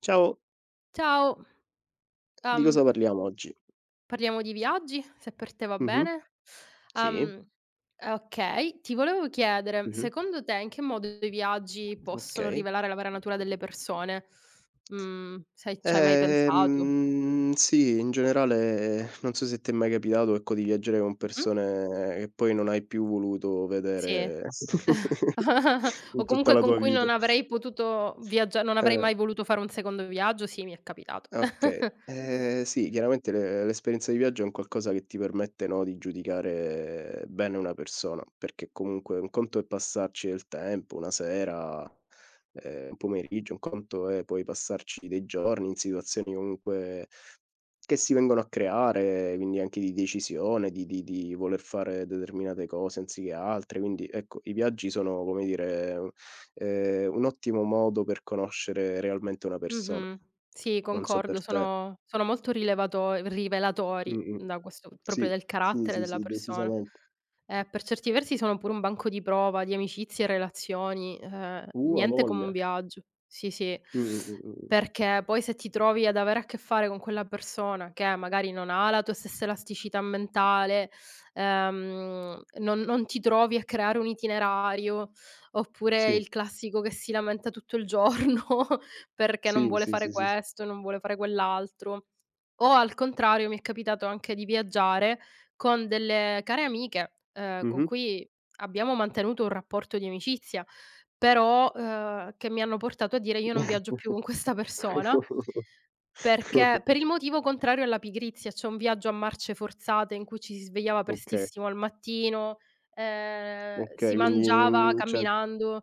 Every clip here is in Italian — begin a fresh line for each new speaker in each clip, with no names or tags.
Ciao,
Ciao,
di
ehm,
cosa parliamo oggi?
parliamo di viaggi, se per te va
Mh-mh.
bene.
Sì,
Ehm, okay, ti volevo chiedere,
mh-mh,
secondo te in che modo i viaggi possono
okay.
rivelare la vera natura delle persone? Sai c'hai mai pensato?
Sì, in generale non so se ti è mai capitato, ecco, di viaggiare con
Mh-mh.
persone che poi non hai più voluto
Sì.
vedere
O
in tutta
comunque
la
con
tua
cui
vita.
non avrei
Eh.
mai voluto fare un secondo viaggio. Sì, mi è capitato.
Okay. Sì, chiaramente le l'esperienza di viaggio è un qualcosa che ti permette, no, di giudicare bene una persona, perché comunque un conto è passarci del tempo, una sera, un pomeriggio, un conto è poi passarci dei giorni in situazioni comunque che si vengono a creare, quindi anche di decisione, di voler fare determinate cose anziché altre. Quindi ecco, i viaggi sono, come dire, un ottimo modo per conoscere realmente una persona.
Mh-mh. Sì,
Non so per
concordo,
te.
sono molto rilevato rivelatori
Mh-mh.
da questo, proprio
Sì,
del
sì,
carattere
sì,
della
sì,
persona.
decisamente.
Per certi versi sono pure un banco di prova di amicizie e relazioni,
A
niente come un
voglia.
viaggio. Sì, sì,
Mh, mh, mh, mh, mh.
perché poi se ti trovi ad avere a che fare con quella persona che magari non ha la tua stessa elasticità mentale, non ti trovi a creare un itinerario, oppure
Sì,
il classico che si lamenta tutto il giorno perché non
sì,
vuole
sì,
fare
sì, sì, sì.
questo, non vuole fare quell'altro. O al contrario mi è capitato anche di viaggiare con delle care amiche, con
Mh-mh.
cui abbiamo mantenuto un rapporto di amicizia, però, che mi hanno portato a dire: "Io non viaggio più con questa persona", perché per il motivo contrario alla pigrizia, cioè un viaggio a marce forzate in cui ci si svegliava
Okay,
prestissimo al mattino, si
okay, quindi,
mangiava
cioè
camminando.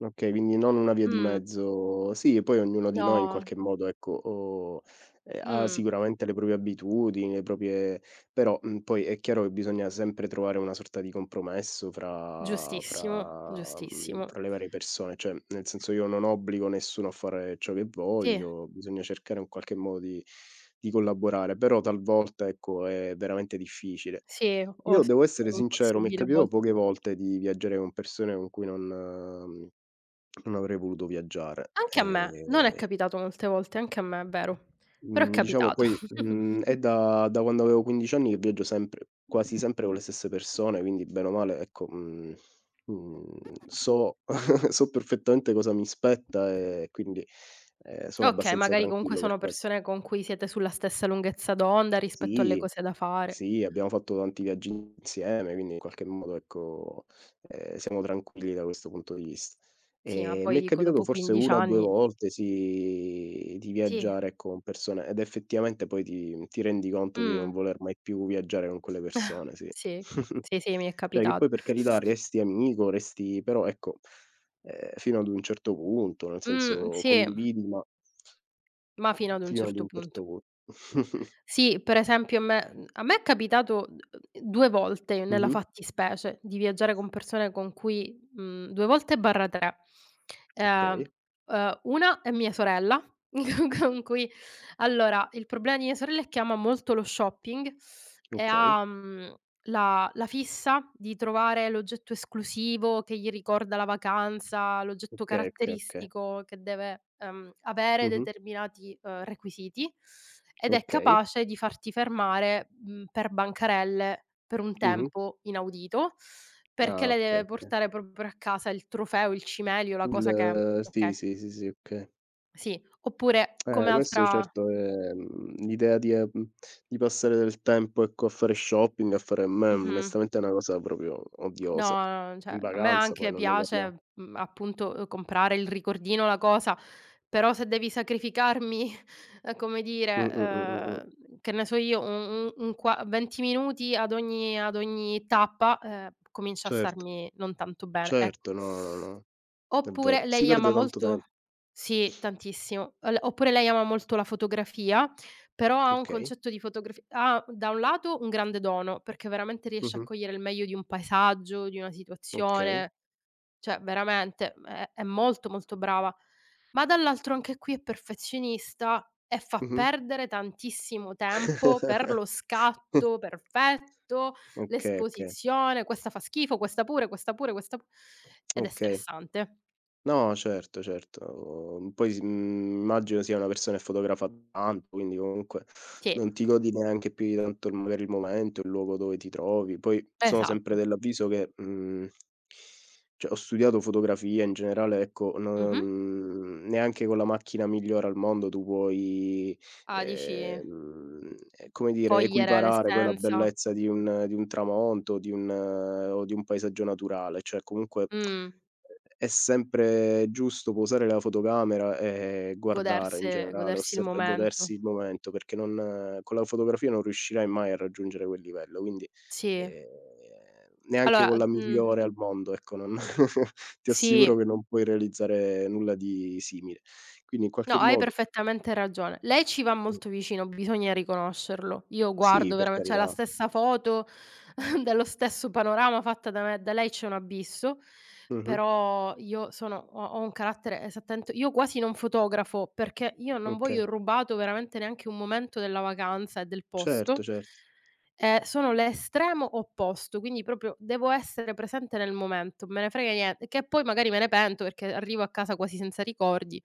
okay, quindi non una via di
Mh,
mezzo. Sì, e poi ognuno di noi in
no,
qualche modo, ecco, o ha
mh.
sicuramente le proprie abitudini, le proprie, però, poi è chiaro che bisogna sempre trovare una sorta di compromesso fra
Giustissimo,
fra mhmm,
giustissimo.
fra le varie persone. Cioè, nel senso io non obbligo nessuno a fare ciò che
Sì,
voglio, bisogna cercare in qualche modo di collaborare, però talvolta, ecco, è veramente difficile.
sì, o
Io
s
devo essere sincero, mi è
impossibile a
capitato
volte.
poche volte di viaggiare con persone con cui non avrei voluto viaggiare.
Anche a me, non è capitato molte volte, anche a me, è vero, però è
Mhmm, diciamo
capitato.
poi, è da quando avevo 15 anni che viaggio sempre, quasi sempre con le stesse persone, quindi bene o male, ecco, so perfettamente cosa mi spetta e quindi, sono
Okay,
abbastanza
magari comunque
tranquillo per
sono
ques.
persone con cui siete sulla stessa lunghezza d'onda rispetto alle
Sì,
cose da fare.
sì, abbiamo fatto tanti viaggi insieme, quindi in qualche modo, ecco, siamo tranquilli da questo punto di vista.
Sì, ma poi
Mi è
dico
capitato
dopo
forse
15
1 o 2
anni
volte, sì, di
sì,
viaggiare, ecco, con persone ed effettivamente poi ti rendi conto di non
mh,
voler mai più viaggiare con quelle persone, sì.
sì, sì, sì, mi è
Cioè che
capitato.
poi per carità resti amico, resti però, ecco, fino ad un certo punto, nel senso
Sì,
condividi ma
ma fino ad un
fino ad
certo
un
punto.
certo punto.
Sì, per esempio a me a me è capitato d 2 volte nella
Mh-mh.
fattispecie di viaggiare con persone con cui 2 volte/3.
Okay.
Ehm, una è mia sorella con cui allora, il problema di mia sorella è che ama molto lo shopping e
Okay,
ha mhmm la fissa di trovare l'oggetto esclusivo che gli ricorda la vacanza, l'oggetto
okay, okay, okay.
caratteristico che deve, avere
Mh-mh.
determinati, requisiti, ed è
Okay.
capace di farti fermare, per bancarelle per un
Mh-mh.
tempo inaudito, perché
Ah,
le
okay,
deve
okay.
portare proprio a casa il trofeo, il cimelio, la cosa che
Il sì,
okay,
sì, sì, sì, okay.
sì. Oppure come
Questo
altra
certo è l'idea di passare del tempo, ecco, a fare shopping, a fare, a me
mh-mh.
onestamente è una cosa proprio
No,
odiosa.
no, no, cioè
In
a me
vacanza poi
anche
non ne parliamo.
piace, appunto, comprare il ricordino, la cosa, però se devi sacrificarmi, come
Mh,
dire,
mh, mh, mh, mh.
che ne so io, un qua 20 minuti ad ogni tappa, comincia a
Certo,
starmi non tanto bene, ecco.
certo, no, no, no, è
Oppure
vero. Si
lei ama
perde tanto
molto
tempo.
sì, tantissimo. L oppure lei ama molto la fotografia, però ha un
Okay.
concetto di fotografi ha da un lato un grande dono, perché veramente riesce a
Mh-mh.
cogliere il meglio di un paesaggio, di una
Okay.
situazione, cioè veramente è molto, molto brava. Ma dall'altro anche qui è perfezionista e fa
Mh-mh.
perdere tantissimo tempo per lo scatto perfetto,
Okay, okay,
l'esposizione, questa fa schifo, questa pure, questa pure, questa pu ed è
okay.
stressante.
No, certo, certo. Mhmm, Poi immagino sia una persona che fotografa tanto, quindi comunque
Sì,
non ti godi neanche più di tanto il magari il momento, il luogo dove ti trovi. Poi sono sempre
esatto.
dell'avviso che, cioè ho studiato fotografia in generale, ecco,
Mh-mh.
non, neanche con la macchina migliore al mondo tu puoi,
Ah, dici
ehm, come dire,
cogliere
equiparare poi la
l'essenza,
bellezza di un tramonto, di un o di un paesaggio naturale. Cioè comunque
mh,
è sempre giusto, può usare la fotocamera e guardare in
goderse
generale,
godersi il
osserv e
momento.
godersi il momento, perché non, con la fotografia non riuscirai mai a raggiungere quel livello, quindi,
Sì.
ehm, neanche con
Allora,
la migliore al mondo, ecco, non ti
sì.
assicuro che non puoi realizzare nulla di simile. Quindi in
No,
qualche
hai
modo
perfettamente ragione. Lei ci va
mh,
molto vicino, bisogna riconoscerlo. Io
sì,
guardo
per
verame cioè la
carità.
stessa foto dello stesso panorama fatta da me da lei c'è un abisso,
Mh-mh.
però io sono ho un carattere esattamente, io quasi non fotografo, perché io non
Okay.
voglio rubato veramente neanche un momento della vacanza e del
Certo,
posto.
certo.
Sono l'estremo opposto, quindi proprio devo essere presente nel momento, me ne frega niente che poi magari me ne pento perché arrivo a casa quasi senza ricordi.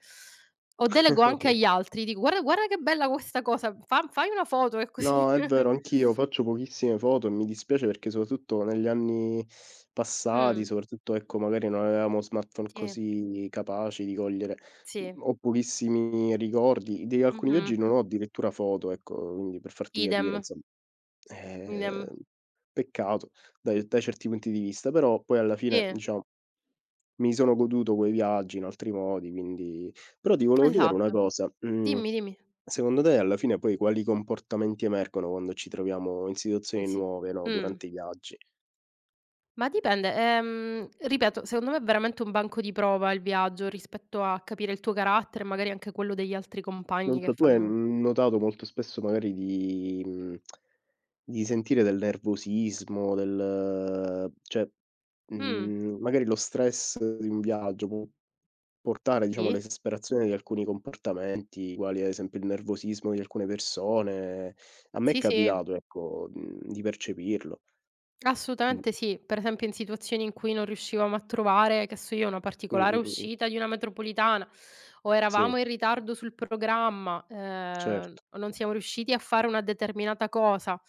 O delego anche agli altri, dico: "Guarda, guarda che bella questa cosa, fa fai una foto", e così.
No, è vero, anch'io faccio pochissime foto e mi dispiace, perché soprattutto negli anni passati,
Mh,
soprattutto ecco, magari non avevamo smartphone
sì,
così capaci di cogliere,
sì,
ho pochissimi ricordi. Di alcuni
mh-mh,
viaggi non ho addirittura foto, ecco, quindi per farti capire,
idem,
insomma.
idem.
Ehm, Peccato da certi punti di vista, però poi alla fine
Sì,
diciamo mi sono goduto quei viaggi in altri modi, quindi, però ti volevo chiedere una
esatto.
cosa, mhmm
Dimmi, dimmi.
secondo te alla fine poi quali comportamenti emergono quando ci troviamo in situazioni
Sì.
nuove, no,
Mh.
durante i viaggi?
Ma dipende, ripeto, secondo me è veramente un banco di prova il viaggio rispetto a capire il tuo carattere e magari anche quello degli altri
Non
compagni che
so, tu hai
fanno
n notato molto spesso magari di sentire del nervosismo, del, cioè,
mh,
magari lo stress di un viaggio può portare, diciamo,
sì,
all'esasperazione di alcuni comportamenti, quali ad esempio il nervosismo di alcune persone. A me è
sì, sì.
capitato, ecco, di percepirlo. Mh.
Assolutamente sì. Per esempio in situazioni in cui non riuscivamo a trovare, che so io, una
Mh,
particolare
mh, mh, mh.
uscita di una metropolitana o eravamo
Sì,
in ritardo sul programma,
certo.
o non siamo riusciti a fare una determinata cosa.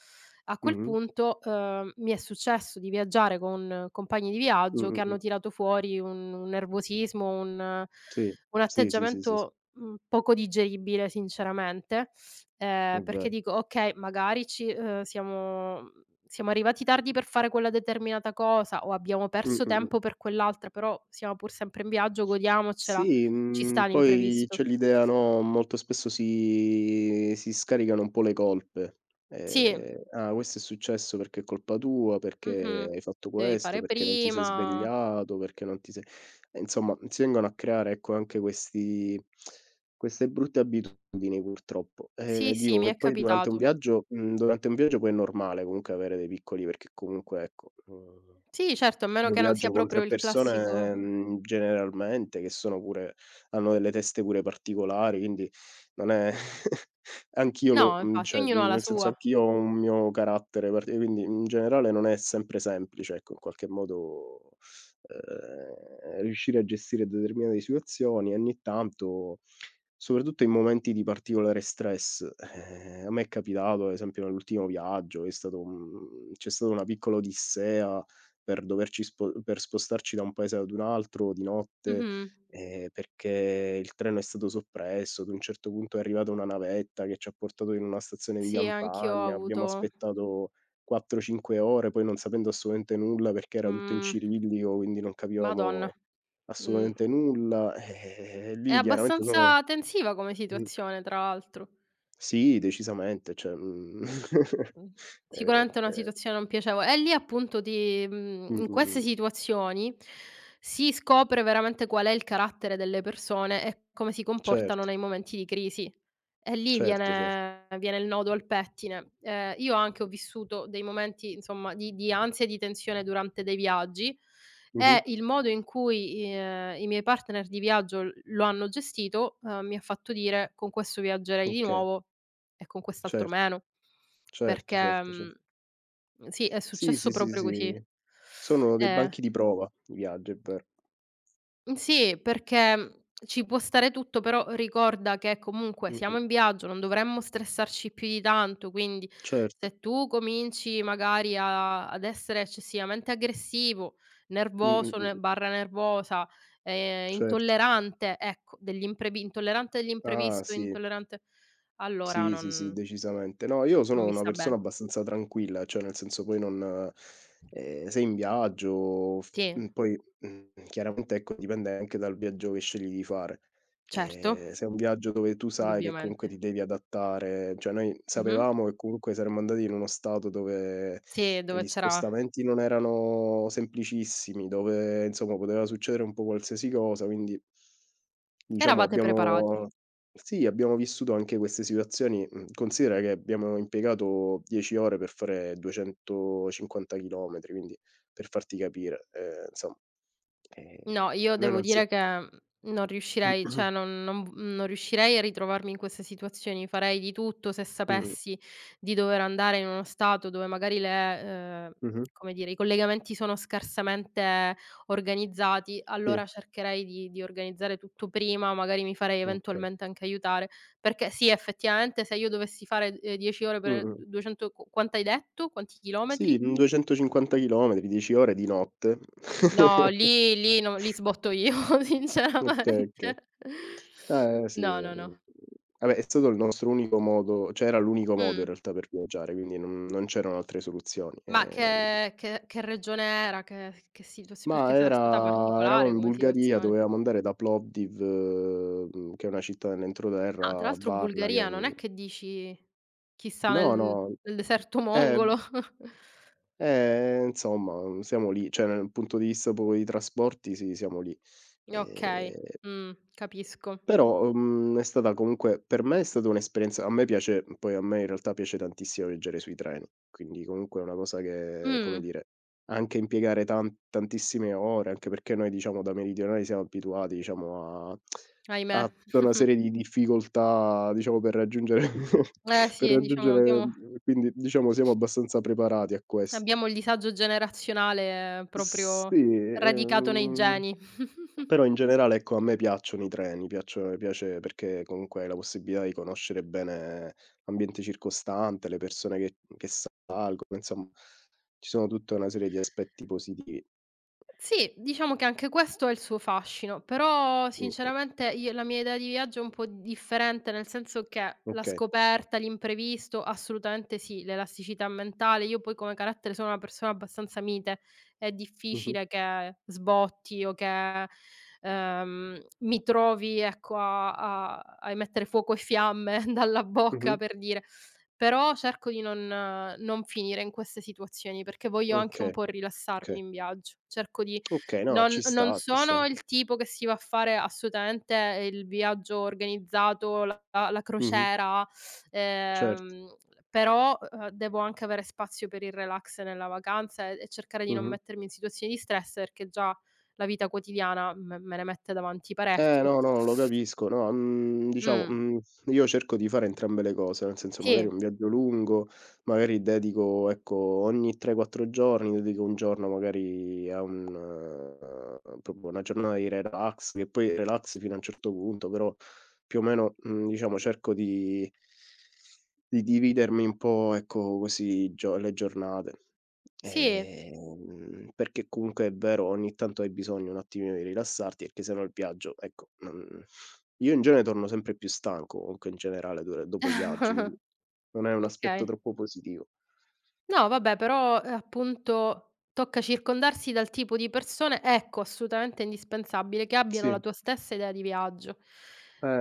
A quel
Mh-mh.
punto, mi è successo di viaggiare con compagni di
Mh,
viaggio che
mh, mh.
hanno tirato fuori un nervosismo,
Sì.
un
Sì, sì, sì, sì, s
atteggiamento, poco digeribile sinceramente,
è
perché
vero.
dico: "Okay, magari ci siamo arrivati tardi per fare quella determinata cosa o abbiamo
Mh,
perso
mh, mh.
tempo per quell'altra, però siamo pur sempre in viaggio, godiamocela,
Sì,
ci sta
poi
l'imprevisto.
c'è l'idea, no, molto spesso si scaricano un po' le colpe.
Sì,
"Ah, questo è successo perché è colpa tua, perché
mh-mh,
hai fatto
devi
questo,
fare
perché non ti sei
prima.
svegliato, perché non ti sei", e insomma si vengono a creare, ecco, anche questi queste brutte abitudini purtroppo.
Sì, sì,
Dico
mi
che
è
poi durante un
capitato.
viaggio, poi è normale comunque avere dei piccoli, perché comunque, ecco,
Sì, certo, a meno
io
che non sia
viaggio con
proprio
3
il classico
persone, generalmente, che sono pure, hanno delle teste pure particolari, quindi non è anch'io lo
no, infatti,
cioè,
ognuno ha la
nel senso
sua.
anch'io ho un mio carattere parti quindi in generale non è sempre semplice, ecco, in qualche modo, riuscire a gestire determinate situazioni. E ogni tanto, soprattutto in momenti di particolare stress, a me è capitato, ad esempio nell'ultimo viaggio, è stato un c'è stata una piccola odissea, per spostarci da un paese ad un altro di notte,
Mh-mh.
perché il treno è stato soppresso, ad un certo punto è arrivata una navetta che ci ha portato in una stazione di
Sì, anch'io ho
campagna, abbiamo
avuto
aspettato 4, 5 ore, poi non sapendo assolutamente nulla, perché era tutto in
mhmm,
cirillico, quindi non
madonna.
capivamo
Mhmm,
assolutamente nulla.
è
Lì chiaramente sono
abbastanza tensiva come
mh,
situazione, tra l'altro.
sì, decisamente, cioè,
Mh.
ehm,
Sicuramente è una
ehm,
situazione non piacevole. E lì appunto ti in
mh-mh,
queste
mh.
situazioni si scopre veramente qual è il carattere delle persone e come si comportano
Certo,
nei momenti di crisi. E lì
certo, cer
viene il nodo al pettine. Io anche ho vissuto dei momenti, insomma, di ansia e di tensione durante dei viaggi
mh-mh,
e il modo in cui, i miei partner di viaggio l lo hanno gestito, mi ha fatto dire: "Con questo viaggerei di
okay.
nuovo e con quest'altro
Certo,
meno."
certo,
Perché,
certo, cer
mhmm sì, è
sì,
successo
sì, sì,
proprio così.
sì. Sono dei
Ehm.
banchi di prova i viaggi, è vero.
Mhmm, sì, perché, ci può stare tutto, però ricorda che comunque
Mh-mh.
siamo in viaggio, non dovremmo stressarci più di tanto, quindi
Certo.
se tu cominci magari a ad essere eccessivamente aggressivo,
Mh-mh,
nervoso ne
mh-mh.
barra nervosa,
Certo.
intollerante, ecco, degli imprevi intollerante degli
Ah,
imprevisto,
sì.
intollerante allora
Sì, sì, sì, decisamente. No, io
non
sono
mi
una
sta bene.
persona abbastanza tranquilla, cioè nel senso poi non, se in viaggio,
Sì,
poi, chiaramente, ecco, dipende anche dal viaggio che scegli di fare.
certo,
Se è un viaggio dove tu sai che comunque
indubbiamente.
ti devi adattare, cioè noi
Mh-mh.
sapevamo che comunque saremmo andati in uno stato dove
Sì, dove
gli
c'era
spostamenti non erano semplicissimi, dove, insomma, poteva succedere un po' qualsiasi cosa, quindi diciamo
eravate preparati.
abbiamo, sì, abbiamo vissuto anche queste situazioni. Mhmm, Considera che abbiamo impiegato 10 ore per fare 250 chilometri, quindi per farti capire, insomma, ehm,
No, io
noi
devo
non sia
dire che, non riuscirei,
mh-mh,
cioè non riuscirei a ritrovarmi in queste situazioni. Farei di tutto se
mh-mh,
sapessi di dover andare in uno stato dove magari le ehm, come dire, i collegamenti sono scarsamente organizzati,
sì,
allora cercherei di organizzare tutto prima, magari mi farei
okay.
eventualmente anche aiutare. Perché sì, effettivamente se io dovessi fare, 10 ore per
Mh-mh.
du duecento qu quant'hai detto? Quanti
Sì,
chilometri?
250 chilometri, 10 ore di notte.
No, lì sbotto io
Okay,
sinceramente.
okay. Sì,
No, no, no.
vabbè, è stato il nostro unico modo, cioè era l'unico modo in
Mh.
realtà per viaggiare, quindi non c'erano altre soluzioni,
Ma
ehm.
che regione era? Che situazio perché
Ma
sarà stata
eravamo
particolare
in
come
Bulgaria,
situazione.
dovevamo andare da Plovdiv, che è una città
Ah, tra
nell'entroterra, a
l'altro
Varna, che è
Bulgaria non
un,
è che dici chissà
no, no,
nel deserto
eh,
mongolo.
insomma, siamo lì, cioè, nel punto di vista proprio di trasporti, sì, siamo lì.
Okay,
Ehm.
capisco.
Però, è stata comunque, per me è stata un'esperienza, a me piace, poi a me in realtà piace tantissimo viaggiare sui treni, quindi comunque è una cosa che, come
Mh,
dire, anche impiegare tantissime ore, anche perché noi diciamo da meridionali siamo abituati diciamo a
ahimè.
a tutta una serie di difficoltà, diciamo, per raggiungere
Eh sì, diciamo
quindi diciamo siamo abbastanza preparati a ques.
abbiamo il disagio generazionale proprio
Sì,
radicato nei geni.
però in generale, ecco, a me piacciono i treni, piaccio piace, perché comunque hai la possibilità di conoscere bene l'ambiente circostante, le persone che salgono, insomma ci sono tutta una serie di aspetti positivi.
Sì, diciamo che anche questo ha il suo fascino, però
Mh-mh.
sinceramente io la mia idea di viaggio è un po' differente, nel senso che la
Okay.
scoperta, l'imprevisto, assolutamente sì, l'elasticità mentale. Io poi come carattere sono una persona abbastanza mite, è
Mh-mh.
difficile che sbotti o che mi trovi ecco, a, a emettere fuoco e fiamme dalla bocca
Mh-mh.
per dire, però cerco di non finire in queste situazioni, perché voglio anche un
Okay,
po' rilassarmi
okay.
in viaggio. Cerco di
Okay, no, ci
non
sta, ci sta.
sono il tipo che si va a fare assolutamente il viaggio organizzato, la
Mh-mh.
crociera,
Certo.
ehm, però, devo anche avere spazio per il relax nella vacanza e cercare di non
Mh-mh.
mettermi in situazioni di stress, perché già la vita quotidiana me ne mette davanti
Eh,
parecchio.
no, no, lo capisco. No, diciamo,
Mh,
io cerco di fare entrambe le cose, nel senso
sì,
magari un viaggio lungo, magari dedico, ecco, ogni 3, 4 giorni dedico un giorno magari a un proprio una giornata di relax, che poi relax fino a un certo punto, però più o meno, diciamo cerco di dividermi un po', ecco, così gio le giornate.
sì.
Perché comunque è vero, ogni tanto hai bisogno un attimino di rilassarti, perché se no il viaggio, ecco, non, io in genere torno sempre più stanco, comunque in generale dura dopo i viaggi, quindi non è un aspetto
Okay.
troppo positivo.
No vabbè, però, appunto tocca circondarsi dal tipo di persone ecco, assolutamente indispensabile, che abbiano la
Sì,
tua stessa idea di viaggio.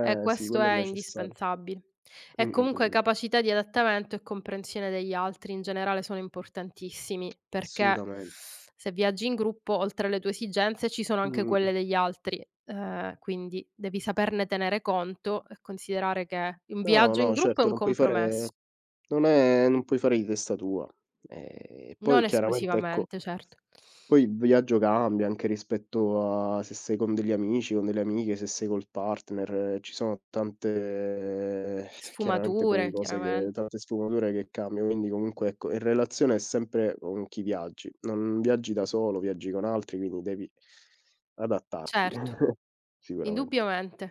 E
sì,
questo
quello è
è
necessario.
indispensabile.
Mh,
E
mh,
comunque
mh, mh.
capacità di adattamento e comprensione degli altri in generale sono importantissimi, perché
Assolutamen.
se viaggi in gruppo oltre alle tue esigenze ci sono
Mh,
anche
mh, mh.
quelle degli altri, quindi devi saperne tenere conto e considerare che un
No,
viaggio in
no,
gruppo è
certo,
un
non puoi
compromesso.
fare, non è, non puoi fare di testa tua.
Non
Poi chiaramente, ecco,
esclusivamente, certo.
poi il viaggio cambia anche rispetto a se sei con degli amici, con delle amiche, se sei col partner, ci sono tante, chiaramente
Sfumature
poi cose, che,
chiaramente.
tante sfumature che cambiano, quindi comunque, ecco, in relazione è sempre con chi viaggi. Non viaggi da solo, viaggi con altri, quindi devi adattarti
Certo,
sicuramente.
indubbiamente.